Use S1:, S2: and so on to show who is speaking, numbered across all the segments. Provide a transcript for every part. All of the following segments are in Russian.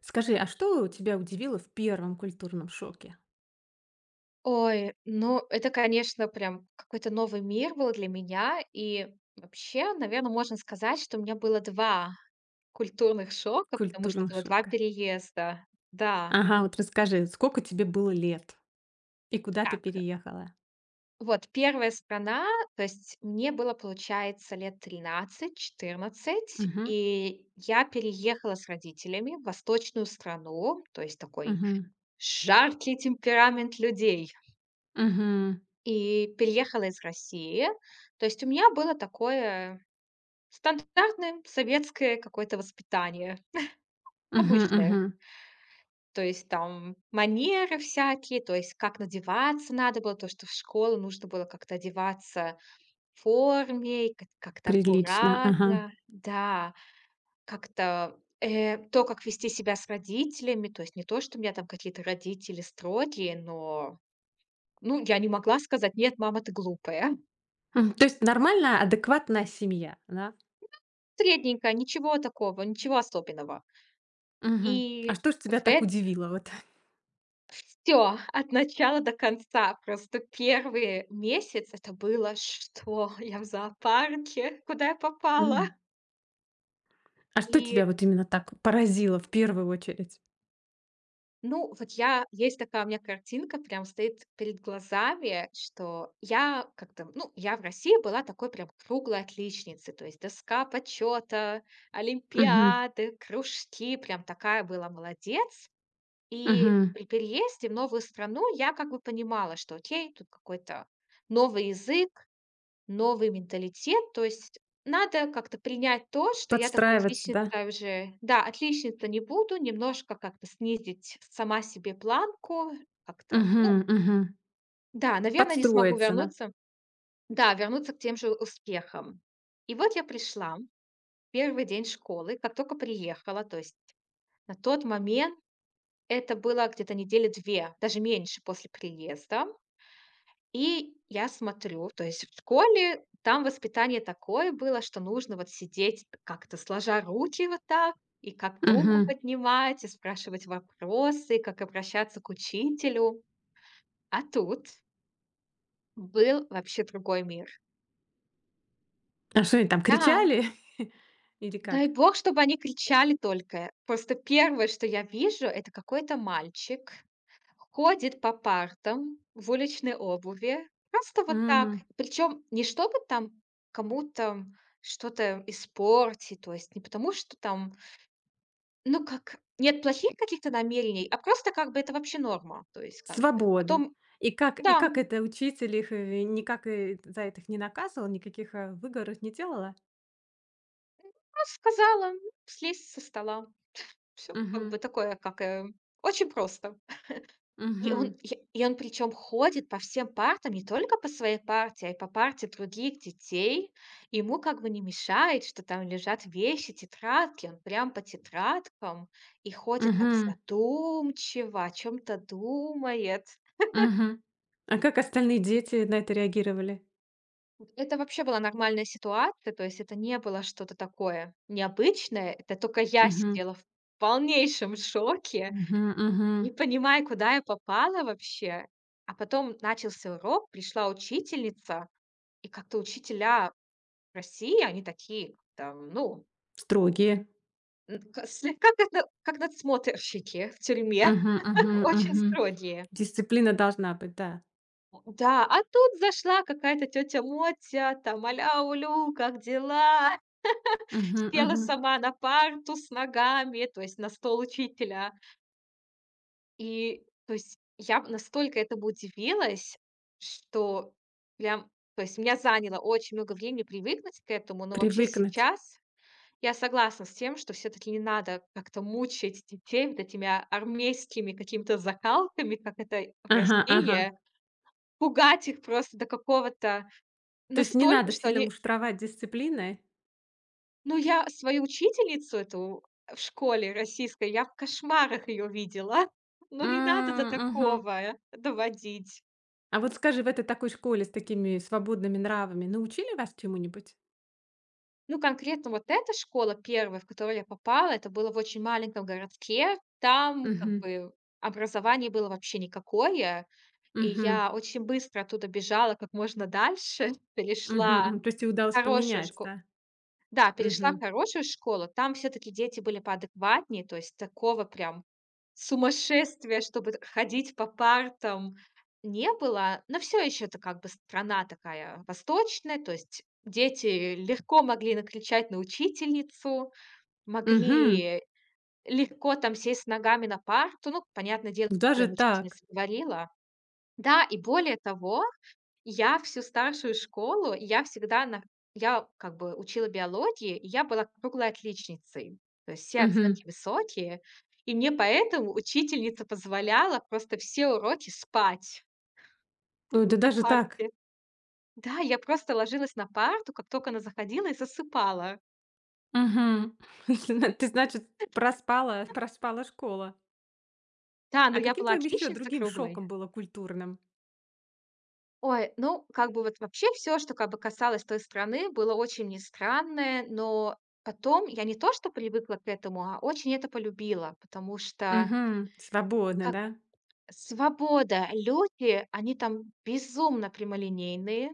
S1: Скажи, а что тебя удивило в первом культурном шоке?
S2: Ой, ну это, конечно, прям какой-то новый мир был для меня. И вообще, наверное, можно сказать, что у меня было два культурных шока, потому что
S1: Культурных
S2: было 2
S1: шока.
S2: переезда. Да,
S1: Ага, вот расскажи, сколько тебе было лет и куда ты
S2: так,
S1: переехала?
S2: вот первая страна, то есть мне было, получается, лет 13-14,
S1: Мгм,
S2: и я переехала с родителями в восточную страну, то есть такой
S1: мгм,
S2: жаркий темперамент людей,
S1: мгм,
S2: и переехала из России. То есть у меня было такое стандартное советское какое-то воспитание,
S1: мгм,
S2: обычное.
S1: мгм.
S2: То есть там манеры всякие, то есть как надеваться надо было, то, что в школу нужно было как-то одеваться в форме, и как-то
S1: Прилично, ага.
S2: аккуратно, да, как-то то, как вести себя с родителями, то есть не то, что у меня там какие-то родители строгие, но, ну, я не могла сказать, нет, мама, ты глупая.
S1: М, то есть нормальная, адекватная семья, да?
S2: Средненькая, ничего такого, ничего особенного.
S1: Мгм. А
S2: И
S1: что ж
S2: в,
S1: тебя так
S2: э-
S1: удивило вот?
S2: Все от начала до конца. Просто первый месяц это было: "Что? Я в зоопарке? Куда я попала?"
S1: М. А что
S2: И,
S1: тебя вот именно так поразило в первую очередь?
S2: ну, вот я есть такая у меня картинка, прям стоит перед глазами, что я как-то, ну, я в России была такой прям круглой отличницей, то есть доска почета,
S1: Мгм,
S2: олимпиады, кружки, прям такая была молодец. И
S1: мгм.
S2: при переезде в новую страну я как бы понимала, что окей, тут какой-то новый язык, новый менталитет, то есть надо как-то принять то, что я такой
S1: Подстраиваться, да?
S2: отличница уже, да, отличница не буду, немножко как-то снизить сама себе планку, как-то,
S1: Мгм,
S2: ну,
S1: мгм.
S2: да, наверное, не смогу
S1: Подстроиться, да?
S2: вернуться, да, вернуться к тем же успехам. И вот я пришла, первый день школы, как только приехала, то есть на тот момент это было где-то недели 2, даже меньше после приезда. И я смотрю, то есть в школе там воспитание такое было, что нужно вот сидеть как-то сложа руки вот так, и как руку
S1: Мгм.
S2: поднимать, и спрашивать вопросы, и как обращаться к учителю. А тут был вообще другой мир.
S1: А что они там
S2: Да.
S1: кричали? Или
S2: Дай
S1: как?
S2: бог, чтобы они кричали только. Просто первое, что я вижу, это какой-то мальчик ходит по партам в уличной обуви. Просто вот так.
S1: М,
S2: Причем не чтобы там кому-то что-то испортить, то есть не потому, что там, ну как, нет плохих каких-то намерений, а просто как бы это вообще норма. То есть как бы
S1: свобода.
S2: потом,
S1: И как и
S2: да,
S1: как
S2: ну,
S1: это учитель их, никак, за это их не наказывал, никаких, выговоров не делала?
S2: сказала, ну, слезь со стола. Все как
S1: Мгм,
S2: бы такое, очень просто. И он
S1: мгм,
S2: и и он причем ходит по всем партам, не только по своей партии, а и по парте других детей. Ему как бы не мешает, что там лежат вещи, тетрадки. Он прям по тетрадкам и ходит так
S1: мгм,
S2: задумчиво, о чем то думает.
S1: мгм. А как остальные дети на это реагировали?
S2: Вот это вообще была нормальная ситуация, то есть это не было что-то такое необычное. Это только я
S1: Мгм,
S2: сидела в полнейшем шоке,
S1: мгм, мгм.
S2: не понимая, куда я попала вообще. А потом начался урок, пришла учительница. И как-то учителя в России, они такие, там, ну,
S1: Строгие.
S2: н к слегка как надсмотрщики в тюрьме,
S1: Мгм, мгм,
S2: очень
S1: мгм.
S2: строгие.
S1: Дисциплина должна быть, да.
S2: Да, а тут зашла какая-то тетя Мотя, там: "Аля, как дела?"
S1: Мгм,
S2: Села
S1: мгм.
S2: сама на парту с ногами, то есть на стол учителя. И, то есть, я настолько этому удивилась, что прям, то есть, меня заняло очень много времени привыкнуть к этому, но вообще
S1: Привыкнуть.
S2: сейчас я согласна с тем, что все таки не надо как-то мучить детей вот этими армейскими какими-то закалками, как это в
S1: Ага, ага.
S2: России, пугать их просто до какого-то
S1: То есть не
S2: настолько,
S1: надо
S2: что
S1: сильно
S2: они.
S1: муштровать дисциплиной?
S2: Ну, я свою учительницу эту в школе российской, я в кошмарах ее видела. Ну, не надо до
S1: М, мгм.
S2: такого, доводить.
S1: А вот скажи, в этой такой школе с такими свободными нравами научили вас чему-нибудь?
S2: Ну, конкретно вот эта школа первая, в которую я попала, это было в очень маленьком городке. Там как
S1: Мгм.
S2: бы образование было вообще никакое. И
S1: Мгм.
S2: я очень быстро оттуда бежала как можно дальше,
S1: Мгм. М. То есть и
S2: в
S1: удалось
S2: хорошую
S1: поменять,
S2: шко
S1: да?
S2: да, перешла в
S1: Мгм.
S2: хорошую школу. Там все-таки дети были поадекватнее, то есть такого прям сумасшествия, чтобы ходить по партам, не было. Но все еще это как бы страна такая восточная, то есть дети легко могли накричать на учительницу,
S1: Мгм.
S2: могли легко там сесть ногами на парту. Ну, понятное дело,
S1: Даже
S2: им
S1: так?
S2: учительница говорила. Да, и более того, я всю старшую школу, я всегда на я как бы учила биологии, и я была круглой отличницей. То есть все
S1: Мгм.
S2: оценки высокие, и мне поэтому учительница позволяла просто все уроки спать
S1: Ой, да
S2: на
S1: даже так?
S2: парте. Да, я просто ложилась на парту, как только она заходила, и засыпала.
S1: Мгм. Зна ты, значит, проспала школа.
S2: Да, но
S1: А
S2: я
S1: каким
S2: была
S1: твоим еще
S2: отличница
S1: другим
S2: круглой.
S1: шоком было культурным?
S2: Ой, ну, как бы вот вообще все, что как бы касалось той страны, было очень не странное, но потом я не то что привыкла к этому, а очень это полюбила, потому что
S1: Мгм. Свободно,
S2: как
S1: да?
S2: свобода. Люди, они там безумно прямолинейные.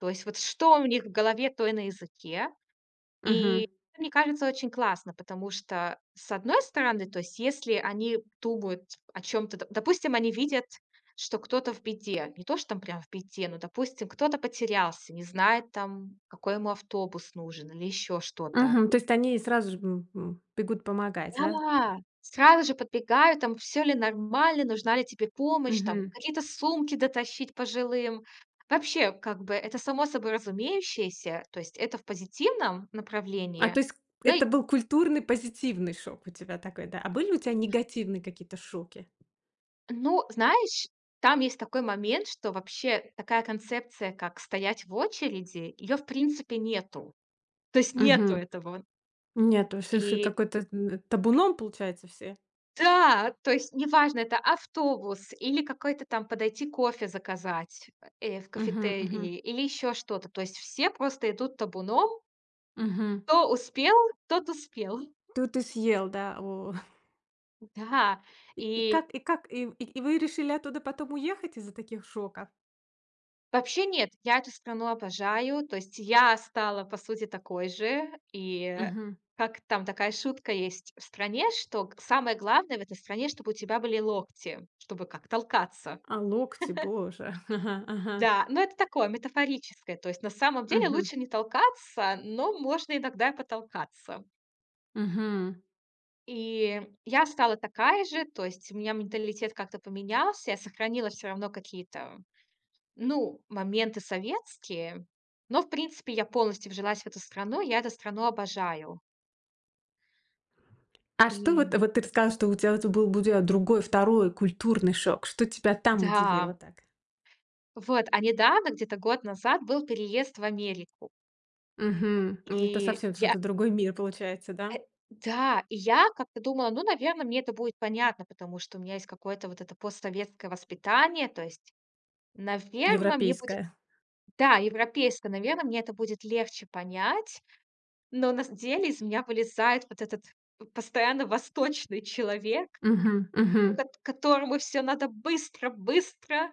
S2: То есть вот что у них в голове, то и на языке.
S1: Мгм.
S2: И это, мне кажется, очень классно, потому что, с одной стороны, то есть если они думают о чем то допустим, они видят, что кто-то в беде, не то, что там прям в беде, но, допустим, кто-то потерялся, не знает там, какой ему автобус нужен или еще что-то.
S1: Мгм. То есть они сразу же, бегут помогать, да?
S2: Да, сразу же подбегают, там: "Все ли нормально? Нужна ли тебе помощь?" Там
S1: Мгм.
S2: какие-то сумки дотащить пожилым. Вообще, как бы это само собой разумеющееся, то есть это в позитивном
S1: А,
S2: направлении.
S1: то есть
S2: Ну
S1: это
S2: и
S1: был культурный позитивный шок у тебя такой, да? А были у тебя негативные какие-то шоки?
S2: ну, знаешь, там есть такой момент, что вообще такая концепция, как стоять в очереди, ее в принципе нету. То есть нету
S1: Угу.
S2: этого.
S1: Нет, то есть их
S2: И
S1: какой-то н табуном, получается, все?
S2: Да, то есть неважно, это автобус или какой-то там подойти кофе заказать, в
S1: Угу, угу.
S2: кафетерии или еще что-то. То есть все просто идут табуном.
S1: Мгм.
S2: Кто успел, тот успел.
S1: Тут ты съел, да? О.
S2: Да.
S1: И и как
S2: И
S1: и как и вы решили оттуда потом уехать из-за таких шоков?
S2: вообще нет, я эту страну обожаю. То есть я стала, по сути, такой же. И
S1: Угу.
S2: как там такая шутка есть в стране, что самое главное в этой стране, чтобы у тебя были локти, чтобы как толкаться.
S1: А, локти, боже. Ага, ага.
S2: Да, но это такое метафорическое. То есть на самом деле
S1: Угу,
S2: лучше не толкаться, но можно иногда и потолкаться.
S1: угу.
S2: И я стала такая же, то есть у меня менталитет как-то поменялся, я сохранила все равно какие-то, ну, моменты советские, но, в принципе, я полностью вжилась в эту страну, я эту страну обожаю.
S1: А что вот
S2: И
S1: вот ты рассказала, что у тебя вот был у тебя другой, второй культурный шок. Что тебя там удивило
S2: да,
S1: так?
S2: вот, а недавно, где-то год назад, был переезд в Америку.
S1: Мгм. Это
S2: И
S1: совсем что-то
S2: я
S1: другой мир получается, да?
S2: Э, да, и я как-то думала, ну, наверное, мне это будет понятно, потому что у меня есть какое-то вот это постсоветское воспитание. То есть, наверное, мне будет,
S1: Европейская.
S2: да, европейское, наверное, мне это будет легче понять. Но на с деле из меня вылезает вот этот постоянно восточный человек,
S1: Мгм, мгм.
S2: у кот которому все надо быстро быстро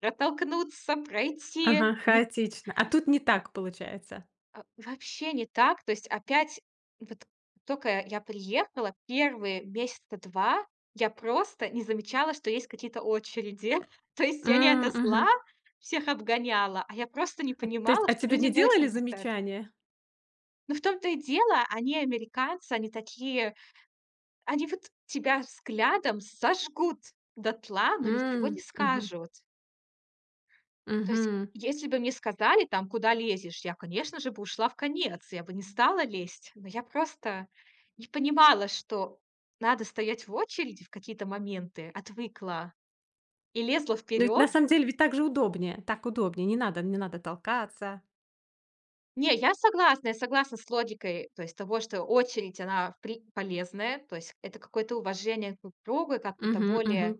S2: протолкнуться, пройти.
S1: Ага, хаотично. А тут не так получается.
S2: А, вообще не так. То есть опять вот только я приехала, первые месяца 2 я просто не замечала, что есть какие-то очереди. То есть я не
S1: М,
S2: от зла
S1: мгм.
S2: всех обгоняла, а я просто не
S1: То есть,
S2: понимала,
S1: а
S2: что
S1: тебе
S2: люди
S1: не
S2: в
S1: делали
S2: очереди стоят.
S1: замечания?
S2: Но в том-то и дело, они американцы, они такие, они вот тебя взглядом сожгут дотла, но ничего
S1: М,
S2: не
S1: мгм,
S2: скажут. То есть,
S1: мгм.
S2: если бы мне сказали там: "Куда лезешь?", я, конечно же, бы ушла в конец, я бы не стала лезть, но я просто не понимала, что надо стоять в очереди в какие-то моменты, отвыкла и лезла
S1: Ну ведь
S2: вперед.
S1: на самом деле ведь так же удобнее, так удобнее, не надо толкаться.
S2: Не, я согласна с логикой, то есть того, что очередь, она при полезная, то есть это какое-то уважение друг к другу, и как-то это
S1: Мгм, мгм.
S2: более,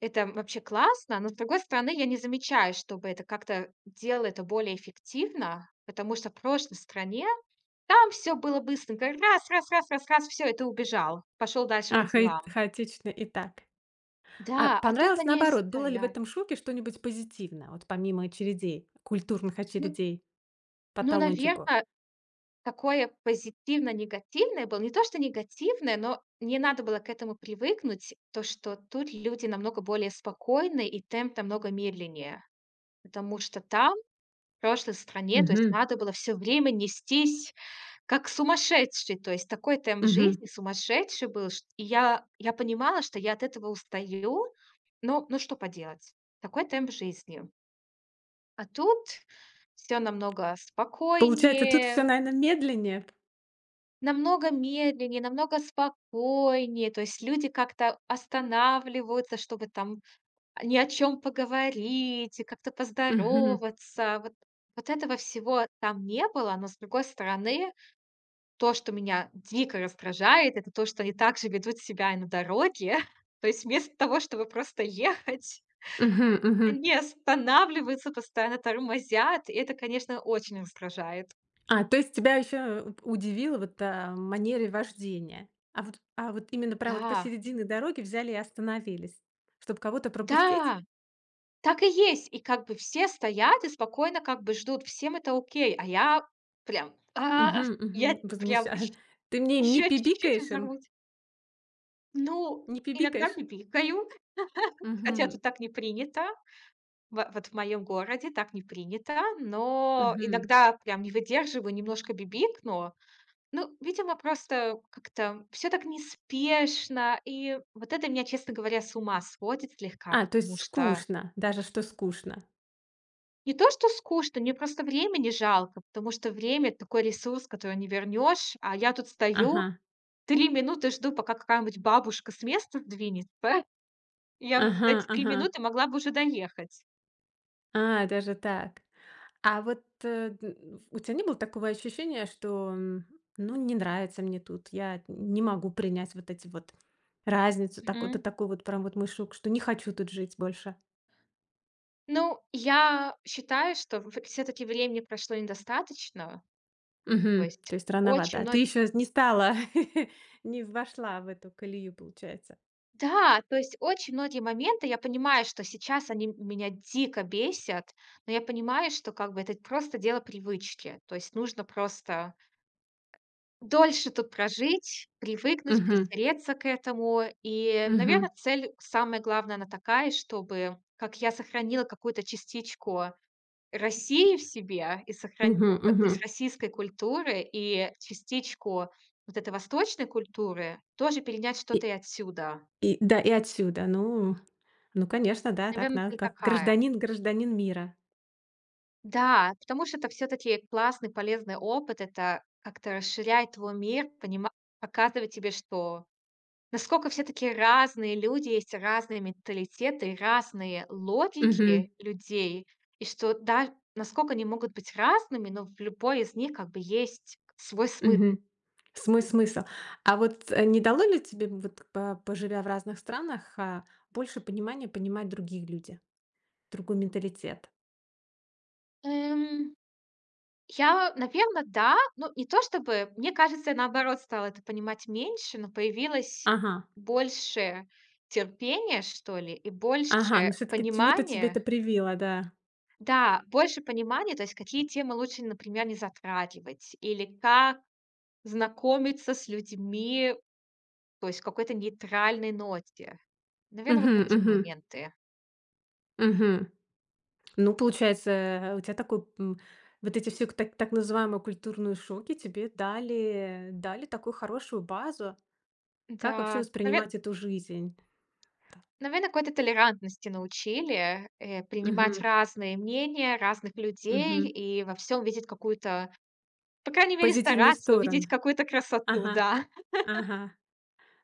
S2: это вообще классно, но, с другой стороны, я не замечаю, чтобы это как-то делало это более эффективно, потому что в прошлой стране там все было быстренько. Раз, раз, раз, раз, раз, все, и ты убежал. Пошел дальше по
S1: А, хаи
S2: делам.
S1: хаотично и так. А
S2: Да, а тут
S1: понравилось
S2: они
S1: наоборот, было ли в
S2: стоят.
S1: этом шоке что-нибудь позитивное, вот помимо очередей, культурных
S2: Ну
S1: очередей по
S2: ну,
S1: талончику?
S2: наверно, такое позитивно-негативное было. Не то, что негативное, но мне надо было к этому привыкнуть, то, что тут люди намного более спокойны и темп намного медленнее. Потому что там, в прошлой стране, то есть
S1: Угу.
S2: надо было все время нестись как сумасшедший, то есть такой темп
S1: Мгм.
S2: жизни сумасшедший был, чт и я понимала, что я от этого устаю, но ну что поделать, такой темп жизни. А тут все намного
S1: Получается, тут все,
S2: спокойнее,
S1: наверное, медленнее.
S2: намного медленнее, намного спокойнее, то есть люди как-то останавливаются, чтобы там ни о чем поговорить и как-то
S1: Мгм.
S2: поздороваться. Вот этого всего там не было, но, с другой стороны, то, что меня дико раздражает, это то, что они также ведут себя и на дороге. То есть вместо того, чтобы просто ехать,
S1: Мгм, мгм.
S2: они останавливаются, постоянно тормозят, и это, конечно, очень раздражает.
S1: А, то есть тебя еще удивило вот, манере вождения. А вот именно прям вот
S2: Да,
S1: посередине дороги взяли и остановились, чтобы кого-то пропустить?
S2: да, так и есть. И как бы все стоят и спокойно как бы ждут, всем это окей, а я прям,
S1: Мгм,
S2: я
S1: мгм. Возмуща
S2: прям
S1: Ты мне не
S2: еще чуть-чуть
S1: пибикаешь им?
S2: взорвусь. Ну,
S1: Не
S2: иногда
S1: пибикаешь?
S2: бибикаю, хотя тут
S1: Мгм,
S2: так не принято. Во вот в моем городе так не принято, но
S1: мгм.
S2: иногда прям не выдерживаю, немножко бибикну. Ну, видимо, просто как-то все так неспешно, и вот это меня, честно говоря, с ума сводит слегка,
S1: А, то есть
S2: потому что
S1: скучно, даже что скучно.
S2: не то что скучно, мне просто времени жалко, потому что время — это такой ресурс, который не вернешь, а я тут стою,
S1: Ага,
S2: 3 минуты жду, пока какая-нибудь бабушка с места сдвинется. Я
S1: ага,
S2: за эти 3
S1: ага.
S2: минуты могла бы уже доехать.
S1: А, даже так. А вот, э, н у тебя не было такого ощущения, что, ну, не нравится мне тут, я не могу принять вот эти вот разницу, так вот, такой вот прям вот мой что не хочу тут жить больше?
S2: Ну, я считаю, что все таки времени прошло недостаточно. То
S1: Мгм.
S2: есть
S1: То есть рановато.
S2: очень
S1: А ты
S2: много.
S1: еще не стала, не вошла в эту колею, получается.
S2: Да, то есть очень многие моменты, я понимаю, что сейчас они меня дико бесят, но я понимаю, что как бы это просто дело привычки. То есть нужно просто дольше тут прожить, привыкнуть,
S1: Мгм.
S2: притереться к этому. И,
S1: Мгм.
S2: наверное, цель, самая главная, она такая, чтобы как я сохранила какую-то частичку России в себе и сохранить,
S1: Мгм.
S2: то
S1: Мгм.
S2: есть российской культуры и частичку вот этой восточной культуры, тоже перенять
S1: И
S2: что-то и отсюда.
S1: и да, и отсюда. Ну ну, конечно, да, так
S2: Наверно,
S1: надо,
S2: цель
S1: как
S2: такая.
S1: гражданин мира.
S2: Да, потому что это все таки классный, полезный опыт. Это как-то расширяет твой мир, понима показывает тебе, что насколько все таки разные люди, есть разные менталитеты, разные логики
S1: Мгм.
S2: людей, и что да, насколько они могут быть разными, но в любой из них как бы есть свой смысл.
S1: Мгм. Смысл. А вот, не дало ли тебе, вот по поживя в разных странах, больше понимания понимать других людей, другой менталитет?
S2: Эм, я, наверно, да. Ну, не то чтобы, мне кажется, я, наоборот, стала это понимать меньше, но появилось
S1: Ага,
S2: больше терпения, что ли, и
S1: ага, ну
S2: больше
S1: все таки чему-то тебе
S2: понимания.
S1: это привило, да.
S2: Да, больше понимания, то есть какие темы лучше, например, не затрагивать или как знакомиться с людьми, то есть в какой-то нейтральной ноте. Наверное, вот
S1: Мгм,
S2: такие
S1: мгм,
S2: моменты.
S1: мгм. Ну, получается, у тебя такой, вот эти все так называемые культурные шоки тебе дали такую хорошую базу, как вообще
S2: Да, навер
S1: воспринимать эту жизнь. Да.
S2: Наверно, какой-то толерантности научили, принимать
S1: Мгм,
S2: разные мнения разных людей
S1: мгм.
S2: и во всем видеть какую-то, по крайней мере,
S1: Позитивные
S2: стараться увидеть
S1: стороны.
S2: какую-то красоту,
S1: Ага,
S2: да.
S1: ага.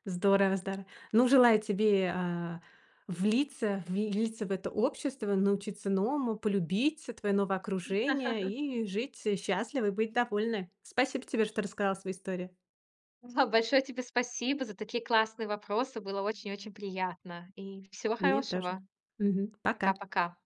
S1: Здорово, здорово. Ну, желаю тебе, влиться в это общество, научиться новому, полюбить твое новое окружение и жить счастливо и быть довольной. Спасибо тебе, что рассказала свою историю.
S2: Да, большое тебе спасибо за такие классные вопросы. Было очень-очень приятно. И всего
S1: Мне тоже.
S2: хорошего.
S1: Мгм. Пока.
S2: Пока-пока.